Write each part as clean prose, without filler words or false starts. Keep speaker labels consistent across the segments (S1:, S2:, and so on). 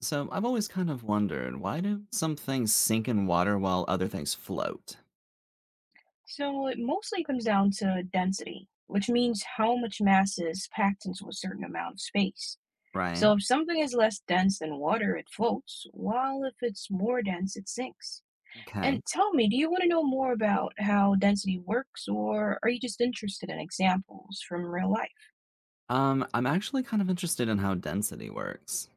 S1: So I've always kind of wondered, why do some things sink in water while other things float?
S2: So it mostly comes down to density, which means how much mass is packed into a certain amount of space.
S1: Right?
S2: So if something is less dense than water, it floats, while if it's more dense, it sinks.
S1: Okay.
S2: And tell me, do you want to know more about how density works, or are you just interested in examples from real life?
S1: I'm actually kind of interested in how density works.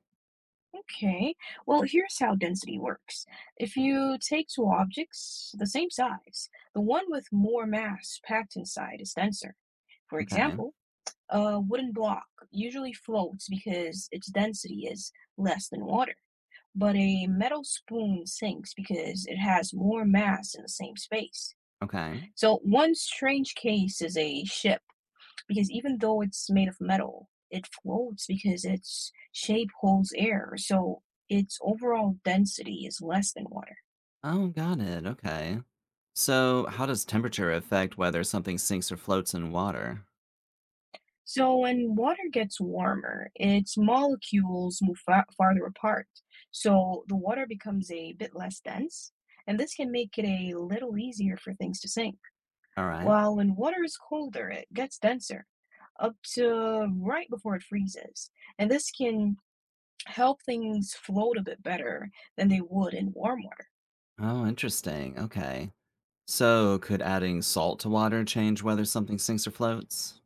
S2: Okay, well, here's how density works. If you take two objects the same size, the one with more mass packed inside is denser. For
S1: Okay.
S2: example, a wooden block usually floats because its density is less than water, but a metal spoon sinks because it has more mass in the same space.
S1: Okay.
S2: So, one strange case is a ship because even though it's made of metal, it floats because its shape holds air, so its overall density is less than water.
S1: Oh, got it. Okay. So how does temperature affect whether something sinks or floats in water?
S2: So when water gets warmer, its molecules move fa farther apart. So the water becomes a bit less dense, and this can make it a little easier for things to sink.
S1: All right.
S2: While when water is colder, it gets denser up to right before it freezes. And this can help things float a bit better than they would in warm water.
S1: Oh, interesting. Okay. So could adding salt to water change whether something sinks or floats?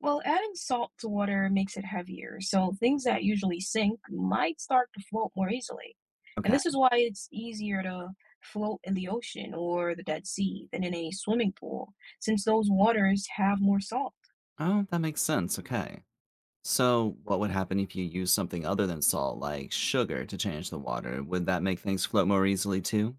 S2: Well, adding salt to water makes it heavier, so things that usually sink might start to float more easily. And
S1: Okay.
S2: this is why it's easier to float in the ocean or the Dead Sea than in a swimming pool, since those waters have more salt.
S1: Oh, that makes sense. Okay. So, what would happen if you use something other than salt, like sugar, to change the water? Would that make things float more easily too?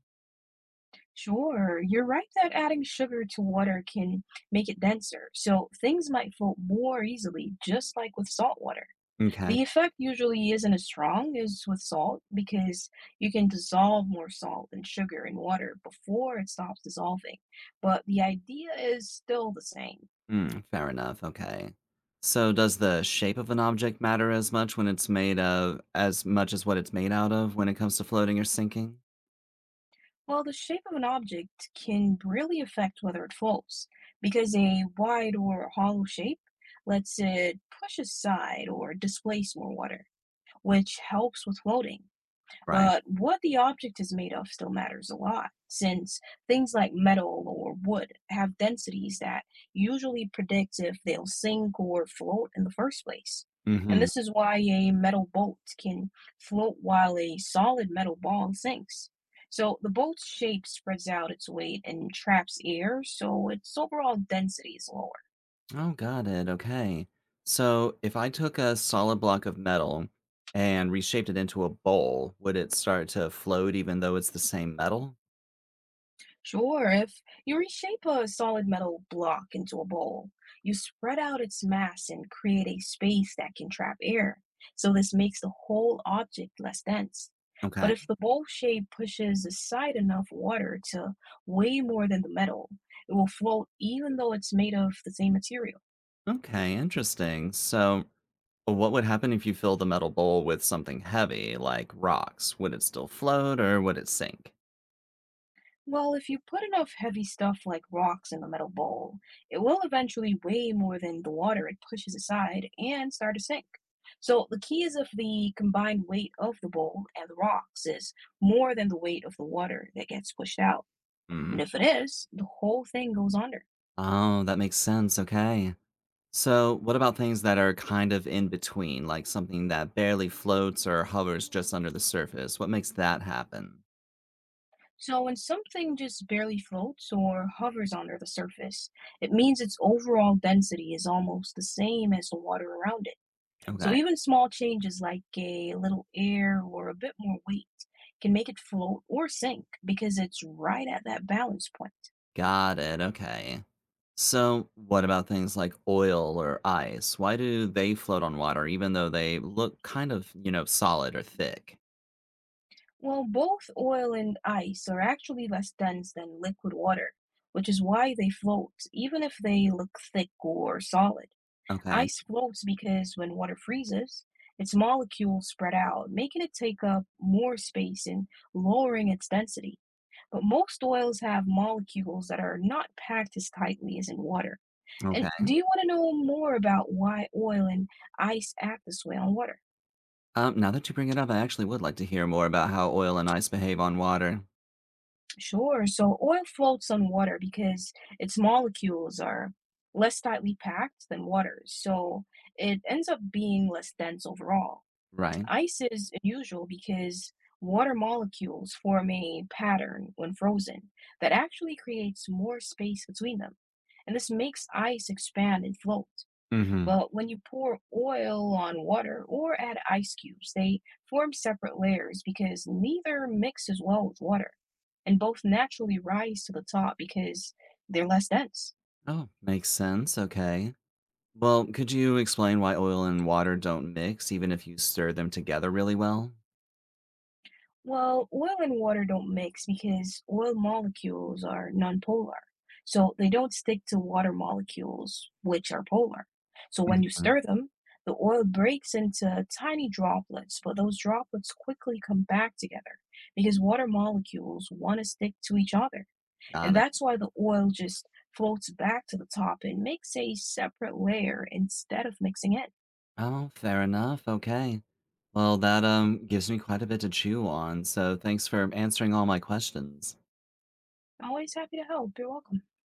S2: Sure, you're right that adding sugar to water can make it denser, so things might float more easily, just like with salt water.
S1: Okay.
S2: The effect usually isn't as strong as with salt because you can dissolve more salt and sugar in water before it stops dissolving, but the idea is still the same.
S1: Hmm, fair enough. Okay. So, does the shape of an object matter as much when it's made of as much as what it's made out of when it comes to floating or sinking?
S2: Well, the shape of an object can really affect whether it falls because a wide or hollow shape lets it push aside or displace more water, which helps with floating.
S1: Right.
S2: But what the object is made of still matters a lot, since things like metal or wood have densities that usually predict if they'll sink or float in the first place. And
S1: Mm-hmm.
S2: this is why a metal boat can float while a solid metal ball sinks. So the boat's shape spreads out its weight and traps air, so its overall density is lower.
S1: Oh, got it. Okay. So, if I took a solid block of metal and reshaped it into a bowl, would it start to float even though it's the same metal?
S2: Sure, if you reshape a solid metal block into a bowl, you spread out its mass and create a space that can trap air. So this makes the whole object less dense.
S1: Okay.
S2: But if the bowl shape pushes aside enough water to weigh more than the metal, it will float even though it's made of the same material.
S1: Okay, interesting. So, what would happen if you filled the metal bowl with something heavy, like rocks? Would it still float or would it sink?
S2: Well, if you put enough heavy stuff like rocks in the metal bowl, it will eventually weigh more than the water it pushes aside and start to sink. So the key is if the combined weight of the bowl and the rocks is more than the weight of the water that gets pushed out.
S1: Hmm.
S2: And if it is, the whole thing goes under.
S1: Oh, that makes sense. Okay. So, what about things that are kind of in between, like something that barely floats or hovers just under the surface? What makes that happen?
S2: So when something just barely floats or hovers under the surface, it means its overall density is almost the same as the water around it.
S1: Okay.
S2: So even small changes like a little air or a bit more weight can make it float or sink because it's right at that balance point.
S1: Got it. Okay. So, what about things like oil or ice? Why do they float on water even though they look kind of, solid or thick?
S2: Well, both oil and ice are actually less dense than liquid water, which is why they float, even if they look thick or solid.
S1: Okay.
S2: Ice floats because when water freezes, its molecules spread out, making it take up more space and lowering its density. But most oils have molecules that are not packed as tightly as in water. And
S1: Okay.
S2: do you want to know more about why oil and ice act this way on water?
S1: Now that you bring it up, I actually would like to hear more about how oil and ice behave on water.
S2: Sure. So oil floats on water because its molecules are less tightly packed than water. So it ends up being less dense overall.
S1: Right.
S2: Ice is unusual because water molecules form a pattern when frozen that actually creates more space between them. And this makes ice expand and float.
S1: Hmm.
S2: But when you pour oil on water or add ice cubes, they form separate layers because neither mixes well with water, and both naturally rise to the top because they're less dense.
S1: Oh, makes sense. Okay. Well, could you explain why oil and water don't mix even if you stir them together really well?
S2: Well, oil and water don't mix because oil molecules are nonpolar. So they don't stick to water molecules, which are polar. So when you
S1: Hmm.
S2: stir them, the oil breaks into tiny droplets, but those droplets quickly come back together because water molecules want to stick to each other.
S1: Got
S2: And
S1: it.
S2: that's why the oil just floats back to the top and makes a separate layer instead of mixing in.
S1: Oh, fair enough. Okay. Well, that gives me quite a bit to chew on. So, thanks for answering all my questions.
S2: I'm always happy to help. You're welcome.